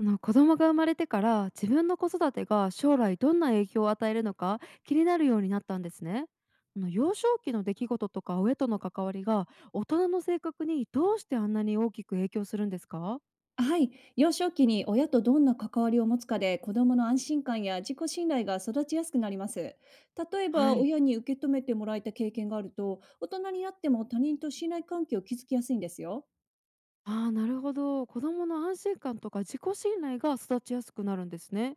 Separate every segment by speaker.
Speaker 1: 子供が生まれてから自分の子育てが将来どんな影響を与えるのか気になるようになったんですね。幼少期の出来事とか親との関わりが大人の性格にどうしてあんなに大きく影響するんですか？
Speaker 2: はい。幼少期に親とどんな関わりを持つかで、子どもの安心感や自己信頼が育ちやすくなります。例え
Speaker 1: は
Speaker 2: ば、
Speaker 1: い。
Speaker 2: 親に受け止めてもらえた経験があると、大人になっても他人と信頼関係を築きやすいんですよ。
Speaker 1: ああ、なるほど、子供の安心感とか自己信頼が育ちやすくなるんですね。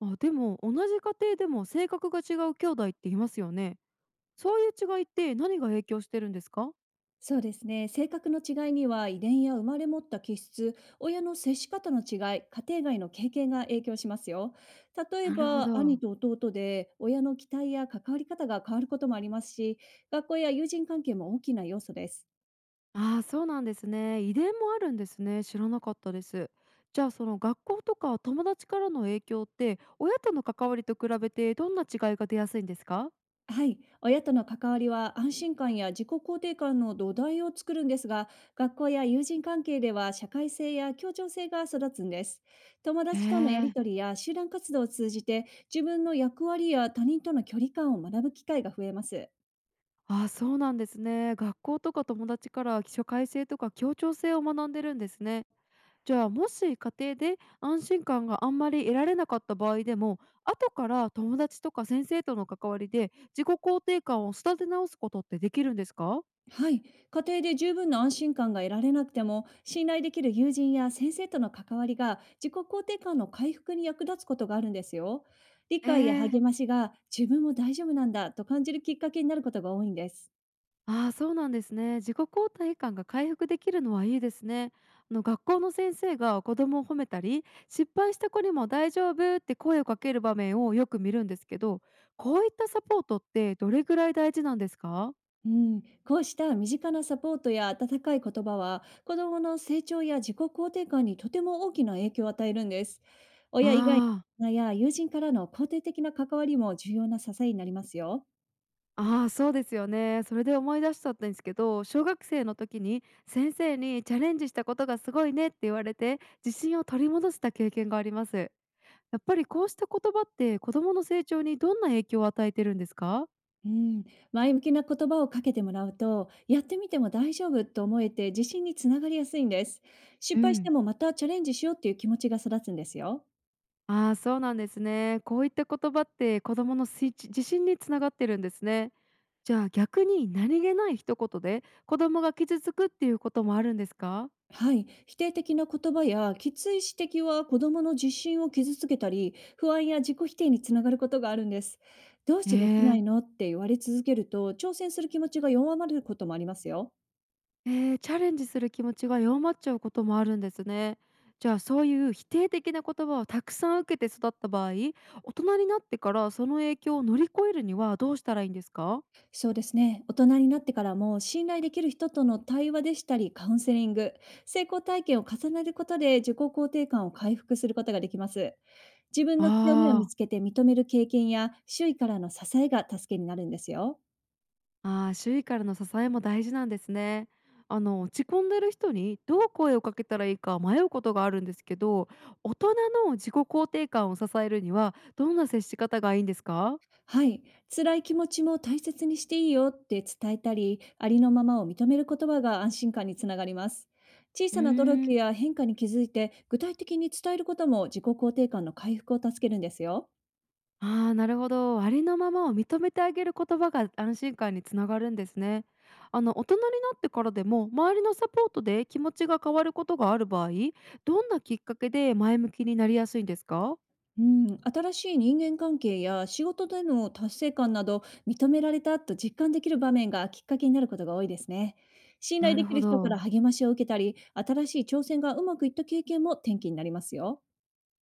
Speaker 1: あ、でも同じ家庭でも性格が違う兄弟っていますよね。そういう違いって何が影響してるんですか？
Speaker 2: そうですね。性格の違いには、遺伝や生まれ持った気質、親の接し方の違い、家庭外の経験が影響しますよ。例え
Speaker 1: なるほ
Speaker 2: ば、兄
Speaker 1: ど。
Speaker 2: と弟で、親の期待や関わり方が変わることもありますし、学校や友人関係も大きな要素です。
Speaker 1: ああ、そうなんですね。遺伝もあるんですね。知らなかったです。じゃあその学校とか友達からの影響って親との関わりと比べてどんな違いが出やすいんですか？
Speaker 2: はい、親との関わりは安心感や自己肯定感の土台を作るんですが、学校や友人関係では社会性や協調性が育つんです。友
Speaker 1: へ
Speaker 2: 達とのやり
Speaker 1: え。
Speaker 2: とりや集団活動を通じて、自分の役割や他人との距離感を学ぶ機会が増えます。
Speaker 1: ああ、そうなんですね。学校とか友達から起書改正とか協調性を学んでるんですね。じゃあもし家庭で安心感があんまり得られなかった場合でも、後から友達とか先生との関わりで自己肯定感を育て直すことってできるんですか？
Speaker 2: はい、家庭で十分な安心感が得られなくても、信頼できる友人や先生との関わりが自己肯定感の回復に役立つことがあるんですよ。理
Speaker 1: え
Speaker 2: 解や
Speaker 1: え。
Speaker 2: 励ましが自分も大丈夫なんだと感じるきっかけになることが多いんです。
Speaker 1: ああ、そうなんですね。自己肯定感が回復できるのはいいですね。あの、学校の先生が子供を褒めたり、失敗した子にも大丈夫って声をかける場面をよく見るんですけど、こういったサポートってどれぐらい大事なんですか？
Speaker 2: うん、こうした身近なサポートや温かい言葉は、子どもの成長や自己肯定感にとても大きな影響を与えるんです。
Speaker 1: あ
Speaker 2: 親以外
Speaker 1: あ、
Speaker 2: の大人や友人からの肯定的な関わりも、重要な支えになりますよ。
Speaker 1: ああ、そうですよね。それで思い出しちゃったんですけど、小学生の時に先生にチャレンジしたことがすごいねって言われて、自信を取り戻した経験があります。やっぱりこうした言葉って子供の成長にどんな影響を与えてるんですか？
Speaker 2: うん、前向きな言葉をかけてもらうと、やってみても大丈夫と思えて、自信につながりやすいんです。
Speaker 1: う
Speaker 2: 失敗して
Speaker 1: ん。
Speaker 2: もまたチャレンジしようっていう気持ちが育つんですよ。
Speaker 1: ああ、そうなんですね。こういった言葉って子供のスイッチ自信につながってるんですね。じゃあ逆に何気ない一言で子供が傷つくっていうこともあるんですか？
Speaker 2: はい、否定的な言葉やきつい指摘は、子どもの自信を傷つけたり、不安や自己否定につながることがあるんです。どうし
Speaker 1: え
Speaker 2: てできな
Speaker 1: ー、
Speaker 2: いのって言われ続けると、挑戦する気持ちが弱まることもありますよ。
Speaker 1: チャレンジする気持ちが弱まっちゃうこともあるんですね。じゃあそういう否定的な言葉をたくさん受けて育った場合、大人になってからその影響を乗り越えるにはどうしたらいいんですか？
Speaker 2: そうですね。大人になってからも、信頼できる人との対話でしたり、カウンセリング、成功体験を重ねることで、自己肯定感を回復することができます。自分の強みを
Speaker 1: ああ
Speaker 2: 見
Speaker 1: ー。
Speaker 2: つけて認める経験や、周囲からの支えが助けになるんですよ。
Speaker 1: ああ、周囲からの支えも大事なんですね。あの、落ち込んでる人にどう声をかけたらいいか迷うことがあるんですけど、大人の自己肯定感を支えるにはどんな接し方がいいんですか？
Speaker 2: はい、辛い気持ちも大切にしていいよって伝えたり、ありのままを認める言葉が安心感につながります。小
Speaker 1: う
Speaker 2: さな努
Speaker 1: ー
Speaker 2: 力
Speaker 1: ん、
Speaker 2: や変化に気づいて、具体的に伝えることも、自己肯定感の回復を助けるんですよ。
Speaker 1: ああ、なるほど。ありのままを認めてあげる言葉が安心感につながるんですね。あの、大人になってからでも周りのサポートで気持ちが変わることがある場合、どんなきっかけで前向きになりやすいんですか？
Speaker 2: うん、新しい人間関係や仕事での達成感など、認められたと実感できる場面がきっかけになることが多いですね。信頼
Speaker 1: な
Speaker 2: で
Speaker 1: る
Speaker 2: き
Speaker 1: ほ
Speaker 2: る人か
Speaker 1: ど。
Speaker 2: ら励ましを受けたり、新しい挑戦がうまくいった経験も転機になりますよ。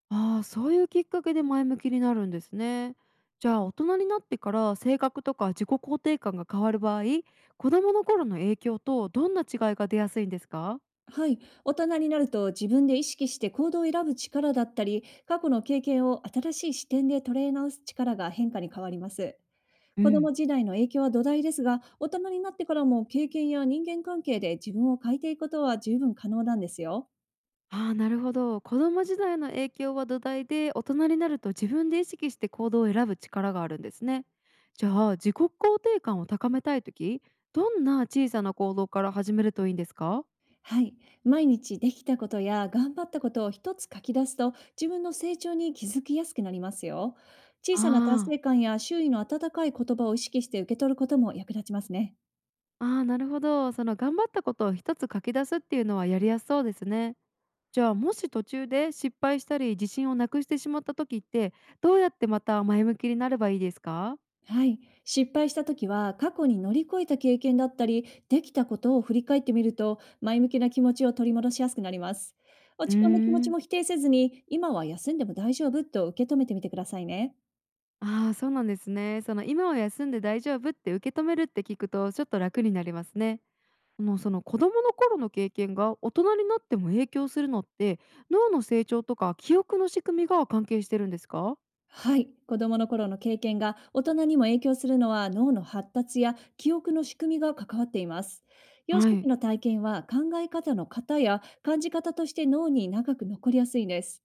Speaker 1: ああ、そういうきっかけで前向きになるんですね。じゃあ大人になってから性格とか自己肯定感が変わる場合、子供の頃の影響とどんな違いが出やすいんですか？
Speaker 2: はい。大人になると、自分で意識して行動を選ぶ力だったり、過去の経験を新しい視点で捉え直す力が変化に変わります。
Speaker 1: う
Speaker 2: 子供
Speaker 1: ん、
Speaker 2: 時代の影響は土台ですが、大人になってからも経験や人間関係で自分を変えていくことは十分可能なんですよ。
Speaker 1: ああ、なるほど。子供時代の影響は土台で、大人になると自分で意識して行動を選ぶ力があるんですね。じゃあ自己肯定感を高めたいとき、どんな小さな行動から始めるといいんですか？
Speaker 2: はい。毎日できたことや頑張ったことを一つ書き出すと、自分の成長に気づきやすくなりますよ。小
Speaker 1: あ
Speaker 2: さな達
Speaker 1: あ、
Speaker 2: 成感や周囲の温かい言葉を意識して受け取ることも役立ちますね。
Speaker 1: ああ、なるほど。その頑張ったことを一つ書き出すっていうのはやりやすそうですね。じゃあもし途中で失敗したり自信をなくしてしまった時って、どうやってまた前向きになればいいですか？
Speaker 2: はい。失敗した時は、過去に乗り越えた経験だったり、できたことを振り返ってみると、前向きな気持ちを取り戻しやすくなります。
Speaker 1: うー
Speaker 2: 落ち込んだ気持ち
Speaker 1: ん、
Speaker 2: も否定せずに、今は休んでも大丈夫と受け止めてみてくださいね。
Speaker 1: ああー、そうなんですね。その今は休んで大丈夫って受け止めるって聞くとちょっと楽になりますね。あの、その子供の頃の経験が大人になっても影響するのって、脳の成長とか記憶の仕組みが関係してるんですか？
Speaker 2: はい。子供の頃の経験が大人にも影響するのは、脳の発達や記憶の仕組みが関わっています。幼
Speaker 1: は
Speaker 2: 少期
Speaker 1: い。
Speaker 2: の体験は、考え方の型や感じ方として脳に長く残りやすいんです。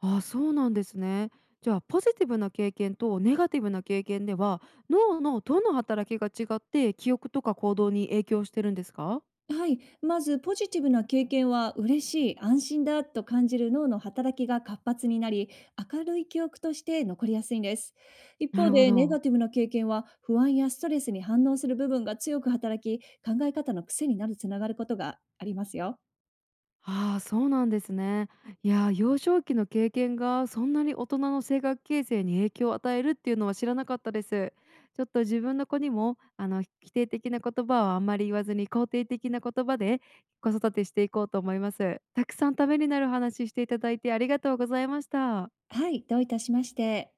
Speaker 1: ああ、そうなんですね。じゃあポジティブな経験とネガティブな経験では脳のどの働きが違って記憶とか行動に影響してるんですか？
Speaker 2: はい、まずポジティブな経験は、嬉しい、安心だと感じる脳の働きが活発になり、明るい記憶として残りやすいんです。一
Speaker 1: な
Speaker 2: 方
Speaker 1: るほ
Speaker 2: で、ネガ
Speaker 1: ど。
Speaker 2: ティブな経験は、不安やストレスに反応する部分が強く働き、考え方の癖になるつながることがありますよ。
Speaker 1: ああ、そうなんですね。いやー、幼少期の経験がそんなに大人の性格形成に影響を与えるっていうのは知らなかったです。ちょっと自分の子にも否定的な言葉をあんまり言わずに肯定的な言葉で子育てしていこうと思います。たくさんためになる話していただいてありがとうございました。
Speaker 2: はい、どういたしまして。